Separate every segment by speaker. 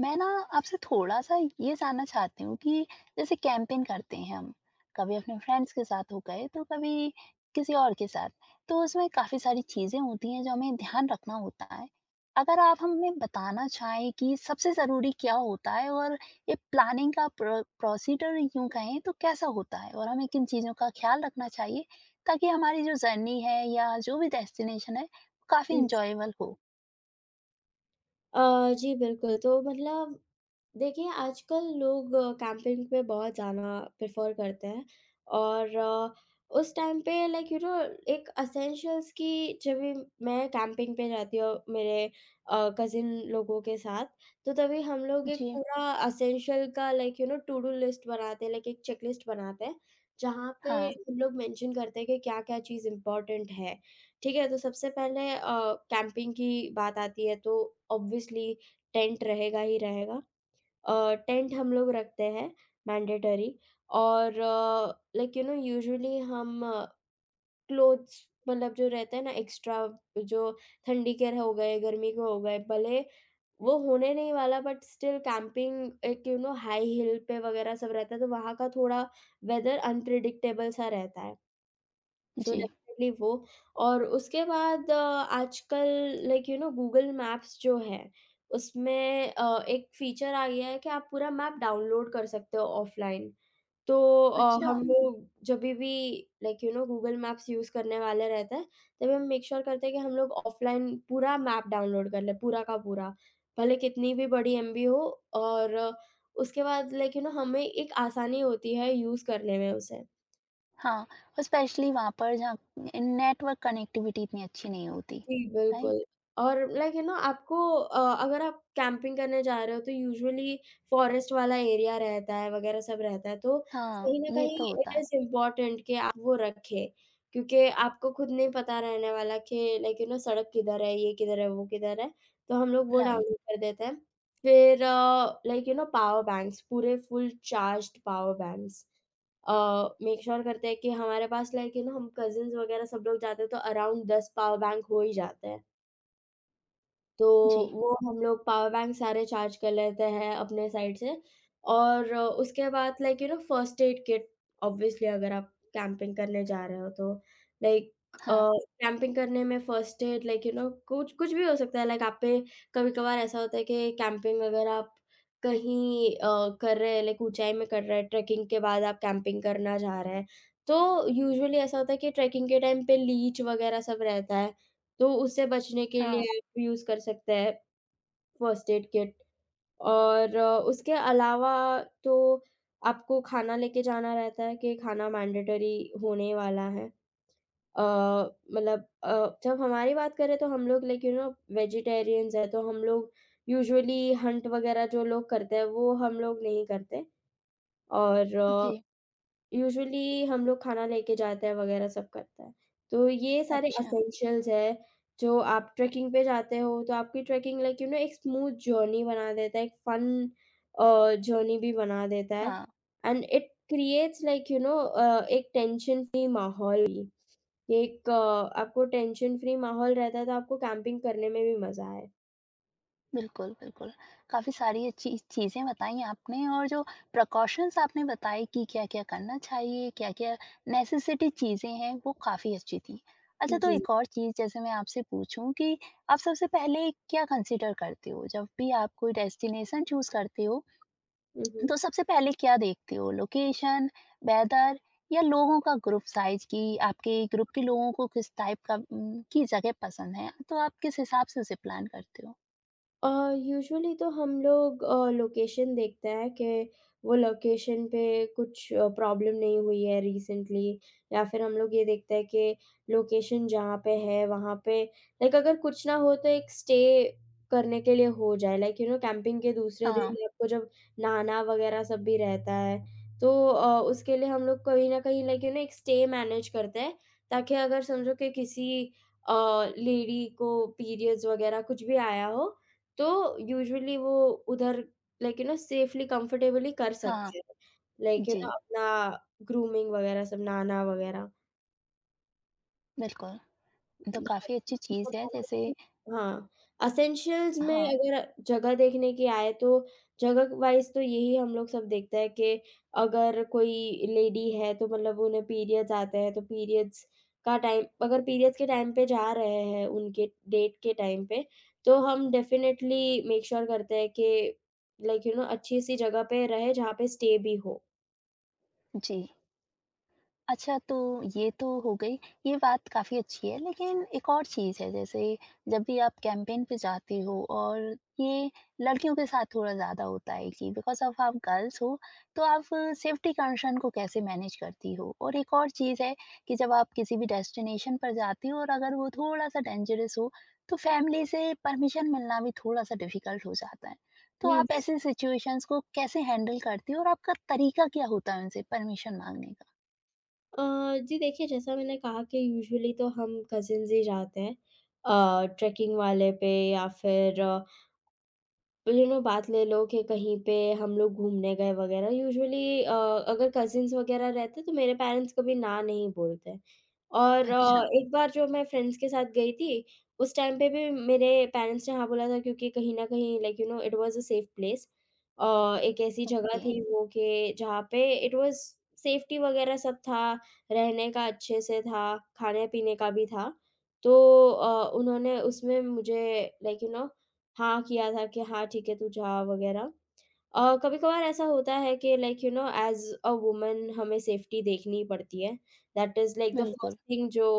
Speaker 1: मैं ना आपसे थोड़ा-सा ये जानना चाहती हूँ कि जैसे कैंपेन करते हैं हम, कभी अपने फ्रेंड्स के साथ हो गए, तो कभी किसी और के साथ। तो उसमें काफ़ी सारी चीज़ें होती हैं जो हमें ध्यान रखना होता है। अगर आप हमें बताना चाहें कि सबसे ज़रूरी क्या होता है और ये प्लानिंग का प्रोसीजर यूँ कहें तो कैसा होता है? और हमें किन चीज़ों का ख़्याल रखना चाहिए ताकि हमारी जो जर्नी है या जो भी डेस्टिनेशन है, काफ़ी
Speaker 2: हुँ।
Speaker 1: एन्जॉयबल हो?
Speaker 2: जी, बिल्कुल। तो मतलब, देखिए, आजकल लोग कैंपिंग पे बहुत जाना प्रेफ़र करते हैं। और उस टाइम पे, लाइक यू नो, एक एसेंशियल्स की, जब भी मैं कैंपिंग पे जाती हूँ मेरे कज़िन लोगों के साथ, तो तभी हम लोग एक
Speaker 1: जी।
Speaker 2: पूरा एसेंशियल का, like you know, to do list बनाते हैं, लाइक एक चेकलिस्ट बनाते हैं, जहाँ पे
Speaker 1: हाँ।
Speaker 2: हम लोग मेंशन करते हैं कि क्या-क्या चीज़ इम्पोर्टेंट है। ठीक है? तो सबसे पहले कैंपिंग की बात आती है तो ऑब्वियसली टेंट रहेगा ही रहेगा। टेंट हम लोग रखते हैं, मैंडेटरी। और लाइक यू नो, यूजुअली हम क्लोथ्स, मतलब जो रहते हैं ना एक्स्ट्रा, जो ठंडी के हो गए, गर्मी के हो गए, भले वो होने नहीं वाला, बट स्टिल कैंपिंग एक, यू नो, हाई हिल पे वगैरह सब रहता है, तो वहाँ का थोड़ा वेदर अनप्रेडिक्टेबल सा रहता है। सो
Speaker 1: जी।
Speaker 2: डेफिनेटली वो। और उसके बाद, आजकल, like you know, Google maps जो है उसमें एक फीचर आ गया है कि आप पूरा मैप डाउनलोड कर सकते हो ऑफलाइन। तो
Speaker 1: अच्छा।
Speaker 2: हम लोग जब भी, like you know, Google maps use करने वाले रहते हैं, तभी हम मेक श्योर करते हैं कि हम लोग ऑफलाइन पूरा मैप डाउनलोड कर ले, पूरा का पूरा, भले कितनी भी बड़ी एमबी हो। और उसके बाद, लाइक यू नो, हमें एक आसानी होती है यूज करने में उसे।
Speaker 1: हाँ, और स्पेशली वहाँ पर जहाँ नेटवर्क कनेक्टिविटी इतनी अच्छी नहीं होती,
Speaker 2: जी,
Speaker 1: राइट?
Speaker 2: बिल्कुल। और लाइक यू नो, आपको, अगर आप कैंपिंग करने जा रहे हो तो यूजुअली फॉरेस्ट वाला एरिया रहता है वगैरह सब रहता है, तो
Speaker 1: हाँ,
Speaker 2: कहीं न
Speaker 1: ये
Speaker 2: कहीं
Speaker 1: तो होता
Speaker 2: इट
Speaker 1: है।
Speaker 2: इज़ इम्पोर्टेंट कि आप वो रखें, क्योंकि आपको खुद नहीं पता रहने वाला कि, लाइक यू नो, सड़क किधर है, ये किधर है, वो किधर है। तो हम लोग वो
Speaker 1: राइट।
Speaker 2: डाउनलोड कर देते हैं। फिर, like you know, power banks, पूरे full charged power banks. Uh, make sure sure करते हैं कि हमारे पास, लाइक यू नो, हम कज़िन्स वगैरह सब लोग जाते हैं तो अराउंड 10 पावर बैंक हो ही जाते हैं। तो
Speaker 1: जी।
Speaker 2: वो हम लोग पावर बैंक सारे चार्ज कर लेते हैं अपने साइड से। और उसके बाद, like you know, first aid kit, obviously अगर आप कैंपिंग करने जा रहे हो तो, लाइक, अ,
Speaker 1: हाँ,
Speaker 2: कैंपिंग करने में first aid, like you know, कुछ कुछ भी हो सकता है लाइक आप पे। कभी कभार ऐसा होता है कि कैंपिंग अगर आप कहीं कर रहे हैं, लाइक ऊंचाई में कर रहे हैं, ट्रैकिंग के बाद आप कैंपिंग करना जा रहे हैं, तो यूजुअली ऐसा होता है कि ट्रैकिंग के टाइम पे लीच वगैरह सब रहता है। तो उससे बचने के
Speaker 1: हाँ।
Speaker 2: लिए आप यूज़ कर सकते हैं फर्स्ट एड किट। और उसके अलावा, तो आपको खाना लेके जाना रहता है कि खाना मैंडेटरी होने वाला है। अ, मतलब, जब हमारी बात करें तो हम लोग, लाइक यू नो, वेजिटेरियंस हैं, तो हम लोग यूजुअली हंट वगैरह जो लोग करते हैं वो हम लोग नहीं करते। और
Speaker 1: जी।
Speaker 2: यूजुअली हम लोग खाना लेके जाते हैं वगैरह सब करते हैं। तो ये सारे
Speaker 1: अच्छा।
Speaker 2: एसेंशियल्स है, जो आप ट्रैकिंग पे जाते हो तो आपकी ट्रैकिंग, लाइक यू नो, एक स्मूथ जर्नी बना देता है, एक फन जर्नी भी बना देता है।
Speaker 1: हाँ।
Speaker 2: And it creates, like you know, एक टेंशन फ्री माहौल भी। एक आपको टेंशन फ्री माहौल रहता है तो आपको कैंपिंग करने में भी मज़ा आए।
Speaker 1: बिल्कुल, बिल्कुल। काफ़ी सारी अच्छी चीज़ें बताई आपने, और जो प्रिकॉशंस आपने बताए कि क्या-क्या करना चाहिए, क्या-क्या नेसेसिटी चीज़ें हैं, वो काफ़ी अच्छी थी। अच्छा, तो
Speaker 2: जी।
Speaker 1: एक और चीज़ जैसे मैं आपसे पूछूँ कि आप सबसे पहले क्या कंसीडर करते हो जब भी आप कोई डेस्टिनेशन चूज़ करते हो?
Speaker 2: हुँ, हुँ।
Speaker 1: तो सबसे पहले क्या देखते हो, लोकेशन, वेदर, या लोगों का ग्रुप साइज की आपके ग्रुप के लोगों को किस टाइप का की जगह पसंद है, तो आप किस हिसाब से उसे प्लान करते हो?
Speaker 2: अ, यूजुअली तो हम लोग लोकेशन देखते हैं कि वो लोकेशन पे कुछ प्रॉब्लम नहीं हुई है रिसेंटली। या फिर हम लोग ये देखते हैं कि लोकेशन जहाँ पे है वहाँ पे, लाइक, अगर कुछ ना हो तो एक स्टे करने के लिए हो जाए, लाइक यू नो, कैंपिंग के दूसरे
Speaker 1: हाँ।
Speaker 2: दिन आपको जब नहाना वगैरह सब भी रहता है, तो उसके लिए हम लोग कहीं ना कहीं, लाइक यू नो, एक स्टे मैनेज करते हैं, ताकि अगर समझो कि किसी लेडी को पीरियड्स वगैरह कुछ भी आया हो, तो यूजुअली वो उधर, like you know, safely comfortably कर
Speaker 1: हाँ।
Speaker 2: सकते हैं। लाइक यू
Speaker 1: जी।
Speaker 2: नो, अपना ग्रूमिंग वगैरह सब, नहाना वगैरह।
Speaker 1: बिल्कुल। तो काफी अच्छी चीज है जैसे।
Speaker 2: हाँ, एसेंशियल्स में
Speaker 1: हाँ।
Speaker 2: अगर जगह देखने की आए तो जगह वाइज़ तो यही हम लोग सब देखते हैं कि अगर कोई लेडी है, तो मतलब उन्हें पीरियड्स आते हैं, तो पीरियड्स का टाइम, अगर पीरियड्स के टाइम पे जा रहे हैं उनके डेट के टाइम पे, तो हम डेफ़िनेटली मेक श्योर करते हैं कि, लाइक यू नो, अच्छी-सी जगह पे रहे जहाँ पे स्टे भी हो।
Speaker 1: जी। अच्छा, तो ये तो हो गई, ये बात काफ़ी अच्छी है, लेकिन एक और चीज़ है, जैसे जब भी आप कैंपेन पे जाते हो, और ये लड़कियों के साथ थोड़ा ज़्यादा होता है कि बिकॉज़ ऑफ़ आप गर्ल्स हो, तो आप सेफ्टी कंसर्न को कैसे मैनेज करती हो? और एक और चीज़ है कि जब आप किसी भी डेस्टिनेशन पर जाती हो और अगर वो थोड़ा-सा डेंजरस हो, तो फैमिली से परमिशन मिलना भी थोड़ा-सा डिफ़िकल्ट हो जाता है। तो
Speaker 2: हुँ।
Speaker 1: आप ऐसे सिचुएशंस को कैसे हैंडल करती हो, और आपका तरीका क्या होता है उनसे परमिशन माँगने का?
Speaker 2: अ, जी, देखिए, जैसा मैंने कहा कि यूजुअली तो हम कज़िन्स ही जाते हैं, ट्रेकिंग वाले पे, या फिर, यू नो, बात ले लो कि कहीं पे हम लोग घूमने गए वगैरह। यूजुअली, अगर कज़िन्स वगैरह रहते तो मेरे पेरेंट्स कभी ना नहीं बोलते। और
Speaker 1: अच्छा।
Speaker 2: एक बार जो मैं फ्रेंड्स के साथ गई थी, उस टाइम पे भी मेरे पेरेंट्स ने हाँ बोला था, क्योंकि कहीं न कहीं, like you know, it was a safe place. अ, एक ऐसी जगह
Speaker 1: ओके।
Speaker 2: थी वो कि जहाँ पे इट वाज़ सेफ्टी वगैरह सब था, रहने का अच्छे से था, खाने-पीने का भी था। तो उन्होंने उसमें मुझे, लाइक यू नो, हाँ, किया था कि हाँ, ठीक है, तू जा वग़ैरह। कभी-कभार ऐसा होता है कि, like you know, as a woman हमें सेफ्टी देखनी ही पड़ती है। दैट इज़ लाइक द
Speaker 1: बिल्कुल,
Speaker 2: फर्स्ट थिंग जो,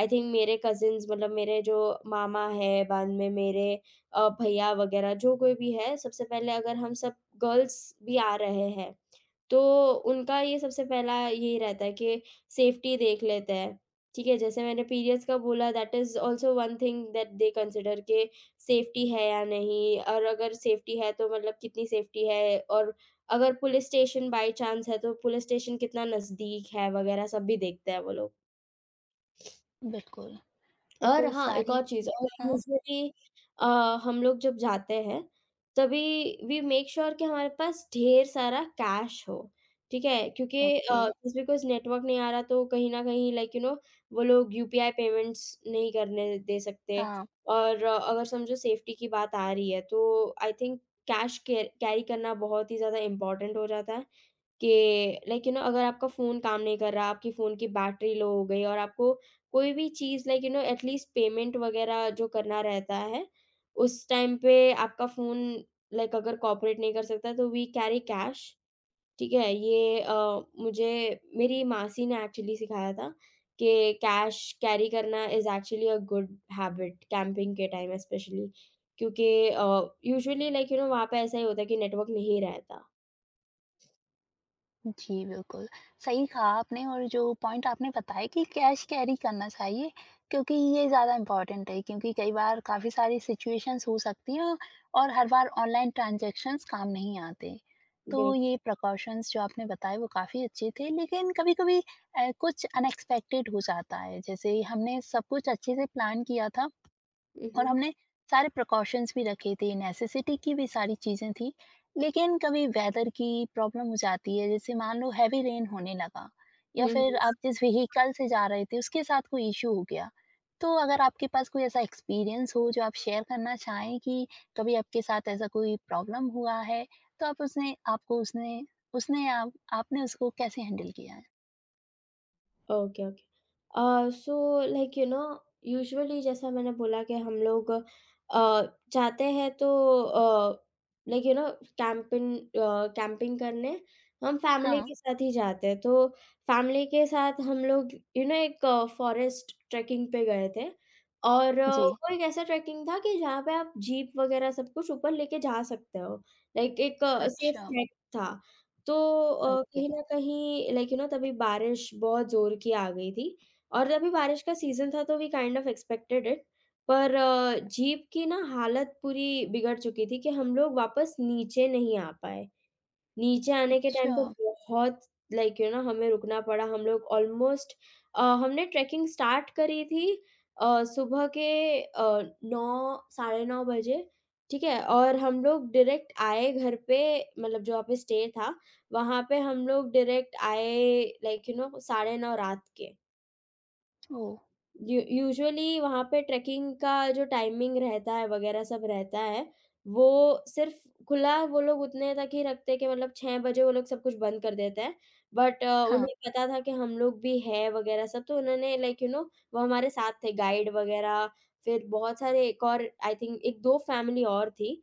Speaker 2: आई थिंक, मेरे कज़िन्स, मतलब मेरे जो मामा हैं, बाद में मेरे भैया वग़ैरह जो कोई भी है, सबसे पहले अगर हम सब गर्ल्स भी आ रहे हैं, तो उनका ये सबसे पहला यही रहता है कि सेफ्टी देख लेते हैं। ठीक है? जैसे मैंने पीरियड्स का बोला, that is also one thing that they consider, के सेफ्टी है या नहीं, और अगर सेफ्टी है तो मतलब कितनी सेफ्टी है, और अगर पुलिस स्टेशन बाय चांस है तो पुलिस स्टेशन कितना नज़दीक है वगैरह सब भी देखते हैं वो लोग।
Speaker 1: बिल्कुल,
Speaker 2: और
Speaker 1: बिल्कुल
Speaker 2: हाँ, एक
Speaker 1: सारी।
Speaker 2: और चीज़, और
Speaker 1: हाँ।
Speaker 2: यूजुअली अ, हम लोग जब जाते हैं, तभी वी मेक श्योर कि हमारे पास ढेर सारा कैश हो। ठीक है? क्योंकि,
Speaker 1: ओके।
Speaker 2: जस्ट बिकॉज़ नेटवर्क नहीं आ रहा, तो कहीं न कहीं, लाइक यू नो, वो लोग यूपीआई पेमेंट्स नहीं करने दे सकते।
Speaker 1: हाँ।
Speaker 2: और अगर समझो सेफ्टी की बात आ रही है, तो आई थिंक कैश कैरी करना बहुत ही ज़्यादा इम्पोर्टेंट हो जाता है। कि, लाइक यू नो, अगर आपका फ़ोन काम नहीं कर रहा, आपकी फ़ोन की बैटरी लो हो गई और आपको कोई भी चीज़, like you know, at least payment वग़ैरह जो करना रहता है, उस टाइम पे आपका फ़ोन लाइक अगर कोऑपरेट नहीं कर सकता, तो वी कैरी कैश। ठीक है? ये, मुझे मेरी मासी ने एक्चुअली सिखाया था कि कैश कैरी करना is actually a good habit, camping के टाइम स्पेशली। क्योंकि, यूजुअली, लाइक यू नो, वहाँ पे ऐसा ही होता है कि नेटवर्क नहीं रहता।
Speaker 1: जी, बिल्कुल, सही कहा आपने। और जो पॉइंट आपने बताया कि कैश कैरी करना चाहिए क्योंकि ये ज़्यादा इम्पोर्टेंट है, क्योंकि कई बार काफ़ी सारी सिचुएशंस हो सकती हैं और हर बार ऑनलाइन ट्रांज़ैक्शंस काम नहीं आते। तो ये
Speaker 2: बिल्क।
Speaker 1: प्रिकॉशंस जो आपने बताए वो काफ़ी अच्छे थे, लेकिन कभी-कभी कुछ अनएक्सपेक्टेड हो जाता है, जैसे हमने सब कुछ अच्छे से प्लान किया था
Speaker 2: हुँ,
Speaker 1: और
Speaker 2: हुँ।
Speaker 1: हमने सारे प्रिकॉशंस भी रखे थे, नेसेसिटी की भी सारी चीज़ें थी, लेकिन कभी वेदर की प्रॉब्लम हो जाती है, जैसे मान लो हेवी रेन होने लगा, या
Speaker 2: हुँ,
Speaker 1: फिर
Speaker 2: हुँ।
Speaker 1: आप जिस व्हीकल से जा रहे थे, उसके साथ कोई इश्यू हो गया। तो अगर आपके पास कोई ऐसा एक्सपीरियंस हो जो आप शेयर करना चाहें कि कभी आपके साथ ऐसा कोई प्रॉब्लम हुआ है, तो आप उसने आपको उसने उसने आप आपने उसको कैसे हैंडल किया है?
Speaker 2: Okay, okay. So, like you know, usually जैसा मैंने बोला कि हम लोग अ, जाते हैं, तो अ, लाइक यू नो, कैम्पिंग करने हम फैमिली
Speaker 1: हाँ।
Speaker 2: के साथ ही जाते हैं। तो फैमिली के साथ हम लोग, यू नो, एक फ़ॉरेस्ट ट्रेकिंग पे गए थे, और
Speaker 1: जी।
Speaker 2: वो एक ऐसा ट्रेकिंग था कि जहाँ पे आप जीप वग़ैरह सब कुछ ऊपर लेके जा सकते हो। लाइक एक सेफ
Speaker 1: अच्छा।
Speaker 2: ट्रैक था। तो
Speaker 1: ओके।
Speaker 2: कहीं न कहीं, लाइक यू नो, तभी बारिश बहुत ज़ोर की आ गई थी, और तभी बारिश का सीज़न था, तो we kind of expected it. पर जीप की ना हालत पूरी बिगड़ चुकी थी कि हम लोग वापस नीचे नहीं आ पाए। नीचे आने के
Speaker 1: अच्छा।
Speaker 2: टाइम पे बहुत, लाइक यू नो, हमें रुकना पड़ा। हम लोग ऑलमोस्ट, हमने ट्रैकिंग स्टार्ट करी थी सुबह के 9 साढ़े 9 बजे, ठीक है? और हम लोग डायरेक्ट आए घर पे, मतलब जहाँ पे स्टे था, वहाँ पे हम लोग डायरेक्ट आए लाइक यू नो 9:30 रात के।
Speaker 1: ओह!
Speaker 2: यू यूजुअली वहाँ पे ट्रेकिंग का जो टाइमिंग रहता है वगैरह सब रहता है, वो सिर्फ़ खुला वो लोग उतने तक ही रखते हैं कि मतलब 6 बजे वो लोग सब कुछ बंद कर देते हैं। बट
Speaker 1: हाँ।
Speaker 2: उन्हें पता था कि हम लोग भी हैं वगैरह सब, तो उन्होंने लाइक यू नो वो हमारे साथ थे गाइड वगैरह, फिर बहुत सारे एक और आई थिंक 1-2 फैमिली और थी।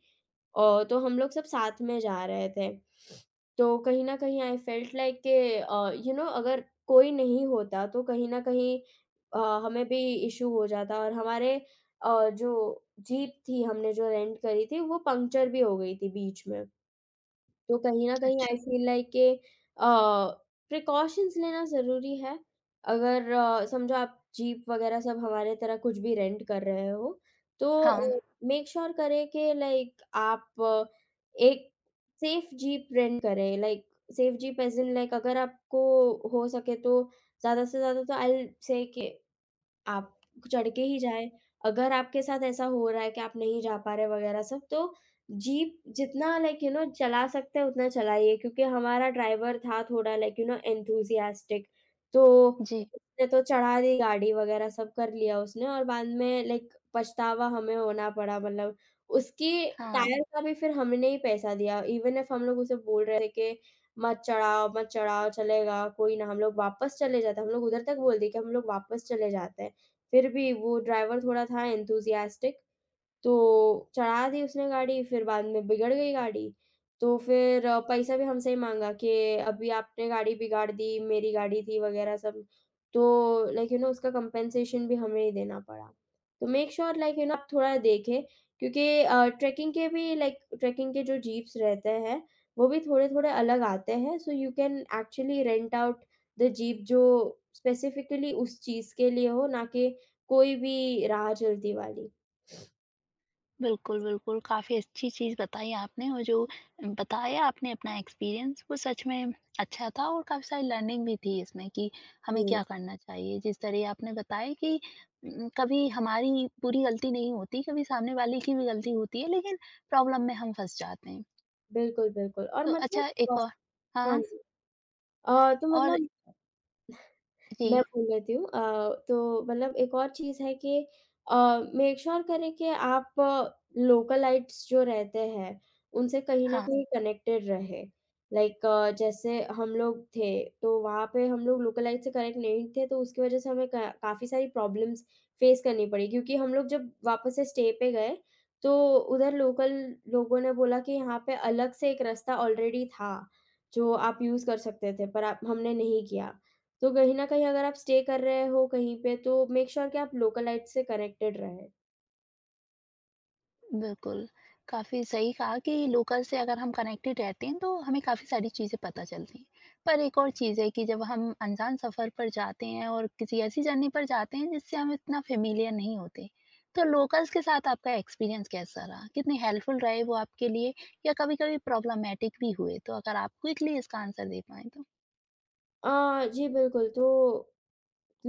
Speaker 2: तो हम लोग सब साथ में जा रहे थे। तो कहीं न कहीं आई फेल्ट लाइक के यू नो अगर कोई नहीं होता तो कहीं न कहीं अ, हमें भी इश्यू हो जाता और हमारे जो जीप थी हमने जो रेंट करी थी वो पंक्चर भी हो गई थी बीच में। तो कहीं न कहीं
Speaker 1: अच्छा।
Speaker 2: आई फ़ील लाइक के प्रिकॉशंस लेना ज़रूरी है। अगर समझो आप जीप वग़ैरह सब हमारे तरह कुछ भी रेंट कर रहे हो, तो
Speaker 1: हाँ।
Speaker 2: अ, मेक श्योर करें कि लाइक आप एक सेफ जीप रेंट करें। Like safe jeep as in like अगर आपको हो सके तो ज़्यादा से ज़्यादा तो आई विल से कि आप चढ़ के ही जाएँ। अगर आपके साथ ऐसा हो रहा है कि आप नहीं जा पा रहे वगैरह सब तो जीप जितना लाइक यू नो चला सकते हैं उतना चलाइए, क्योंकि हमारा ड्राइवर था थोड़ा लाइक यू नो एंथुसियास्टिक, तो
Speaker 1: जी,
Speaker 2: उसने तो चढ़ा दी गाड़ी वगैरह सब, कर लिया उसने और बाद में लाइक पछतावा हमें होना पड़ा। मतलब उसकी
Speaker 1: हाँ।
Speaker 2: टायर का भी फिर हमने ही पैसा दिया इवन इफ हम लोग उसे बोल रहे थे कि मत चढ़ाओ, मत चढ़ाओ, चलेगा कोई ना, हम लोग वापस चले जाते हैं। हम लोग उधर तक बोल दिए कि हम लोग वापस चले जाते हैं। फिर भी वो ड्राइवर थोड़ा था एंथुसियास्टिक, तो चढ़ा दी उसने गाड़ी, फिर बाद में बिगड़ गई गाड़ी। तो फिर पैसा भी हमसे ही माँगा कि अभी आपने गाड़ी बिगाड़ दी, मेरी गाड़ी थी वग़ैरह सब। तो लाइक यू नो उसका कम्पेंसेशन भी हमें ही देना पड़ा। तो make sure like you know आप थोड़ा देखें, क्योंकि ट्रेकिंग के भी लाइक ट्रेकिंग के जो जीप्स रहते हैं, वो भी थोड़े-थोड़े अलग आते हैं। So you can actually rent out the jeep जो स्पेसिफिकली उस चीज़ के लिए हो, ना कि कोई भी राह चलती वाली।
Speaker 1: बिल्कुल, बिल्कुल, काफ़ी अच्छी चीज़ बताई आपने, और जो बताया आपने अपना एक्सपीरियंस वो सच में अच्छा था, और काफ़ी सारी लर्निंग भी थी इसमें कि हमें
Speaker 2: जी।
Speaker 1: क्या करना चाहिए। जिस तरह आपने बताया कि कभी हमारी पूरी गलती नहीं होती, कभी सामने वाले की भी गलती होती है, लेकिन प्रॉब्लम में हम फँस जाते हैं।
Speaker 2: बिल्कुल, बिल्कुल, और
Speaker 1: तो
Speaker 2: मतलब
Speaker 1: अच्छा, एक
Speaker 2: अ,
Speaker 1: और।
Speaker 2: हाँ
Speaker 1: हाँ।
Speaker 2: जी। तो
Speaker 1: और।
Speaker 2: मतलब
Speaker 1: जी।
Speaker 2: मैं बोल लेती हूँ। तो मतलब एक और चीज़ है कि अ, मेक श्योर करें कि आप लोकलाइट्स जो रहते हैं, उनसे कहीं न
Speaker 1: हाँ।
Speaker 2: कहीं कनेक्टेड रहे। लाइक जैसे हम लोग थे, तो वहाँ पे हम लोग लोकलाइट से कनेक्ट नहीं थे, तो उसकी वज़ह से हमें क काफ़ी सारी प्रॉब्लम्स फेस करनी पड़ी, क्योंकि हम लोग जब वापस से स्टे पे गए, तो उधर लोकल लोगों ने बोला कि यहाँ पे अलग से एक रास्ता ऑलरेडी था, जो आप यूज़ कर सकते थे, पर आप हमने नहीं किया। तो कहीं न कहीं अगर आप स्टे कर रहे हो कहीं पे तो मेक श्योर कि आप लोकलाइट से कनेक्टेड रहें।
Speaker 1: बिल्कुल, काफ़ी सही कहा कि लोकल से अगर हम कनेक्टेड रहते हैं, तो हमें काफ़ी सारी चीज़ें पता चलती हैं। पर एक और चीज़ है कि जब हम अनजान सफ़र पर जाते हैं और किसी ऐसी जर्नी पर जाते हैं, जिससे हम इतना फ़ेमिलियर नहीं होते, तो लोकल्स के साथ आपका एक्सपीरियंस कैसा रहा? कितने हेल्पफुल रहे वो आपके लिए, या कभी-कभी प्रॉब्लमैटिक भी हुए? तो अगर आप क्विकली इसका आंसर दे पाएँ तो?
Speaker 2: अ, जी बिल्कुल, तो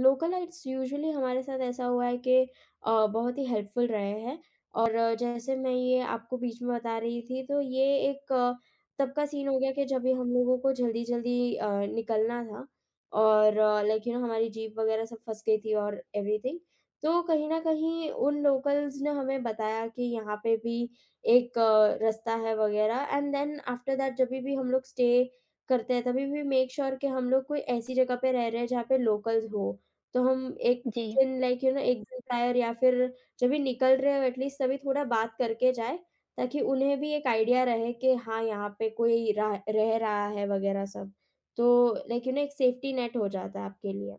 Speaker 2: लोकल गाइड्स यूजुअली हमारे साथ ऐसा हुआ है कि बहुत ही हेल्पफुल रहे हैं और जैसे मैं ये आपको बीच में बता रही थी तो ये एक तब का सीन हो गया कि जब भी हम लोगों को जल्दी-जल्दी निकलना था और लाइक यू नो हमारी जीप वगैरह सब फँस गई थी और एवरीथिंग। तो कहीं न कहीं उन लोकल्स ने हमें बताया कि यहाँ पे भी एक रास्ता है वगैरह, एंड देन आफ्टर दैट जभी भी हम लोग स्टे करते हैं तभी भी मेक श्योर कि हम लोग कोई ऐसी जगह पे रह रहे हैं जहाँ पे लोकल्स हो। तो हम एक
Speaker 1: जी।
Speaker 2: दिन लाइक यू नो 1 दिन प्रायर या फिर जब भी निकल रहे हो एटलीस्ट तभी थोड़ा बात करके जाएँ, ताकि उन्हें भी एक आइडिया रहे कि हाँ, यहाँ पे कोई रह रह रहा है वगैरह सब। तो लाइक यू नो एक सेफ्टी नेट हो जाता है आपके लिए।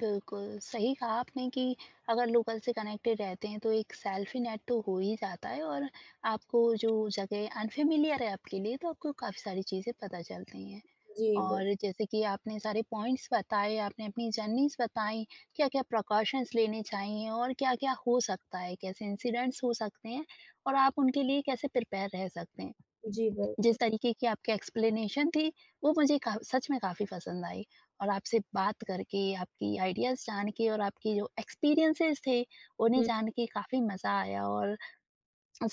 Speaker 1: बिल्कुल, सही कहा आपने कि अगर लोकल से कनेक्टेड रहते हैं तो एक सेल्फ़ी नेट तो हो ही जाता है, और आपको जो जगह अनफ़ेमिलियर है आपके लिए, तो आपको काफ़ी सारी चीज़ें पता चलती हैं।
Speaker 2: जी, बिल
Speaker 1: और जैसे कि आपने सारे पॉइंट्स बताए, आपने अपनी जर्नीज़ बताई, क्या-क्या प्रिकॉशंस लेने चाहिए और क्या-क्या हो सकता है, कैसे इंसिडेंट्स हो सकते हैं और आप उनके लिए कैसे प्रिपेयर रह सकते हैं।
Speaker 2: जी, बिल्कुल।
Speaker 1: जिस तरीके की आपकी एक्सप्लेनेशन थी, वो मुझे का सच में काफ़ी पसंद आई, और आपसे बात करके, आपकी आइडियाज़ जान के और आपकी जो एक्सपीरियंसेस थे, उन्हें
Speaker 2: हुँ,
Speaker 1: जान के काफ़ी मज़ा आया, और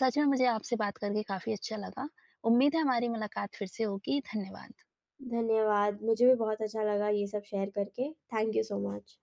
Speaker 1: सच में मुझे आपसे बात करके काफ़ी अच्छा लगा। उम्मीद है हमारी मुलाकात फिर से होगी। धन्यवाद।
Speaker 2: धन्यवाद। मुझे भी बहुत अच्छा लगा ये सब शेयर करके। Thank you so much.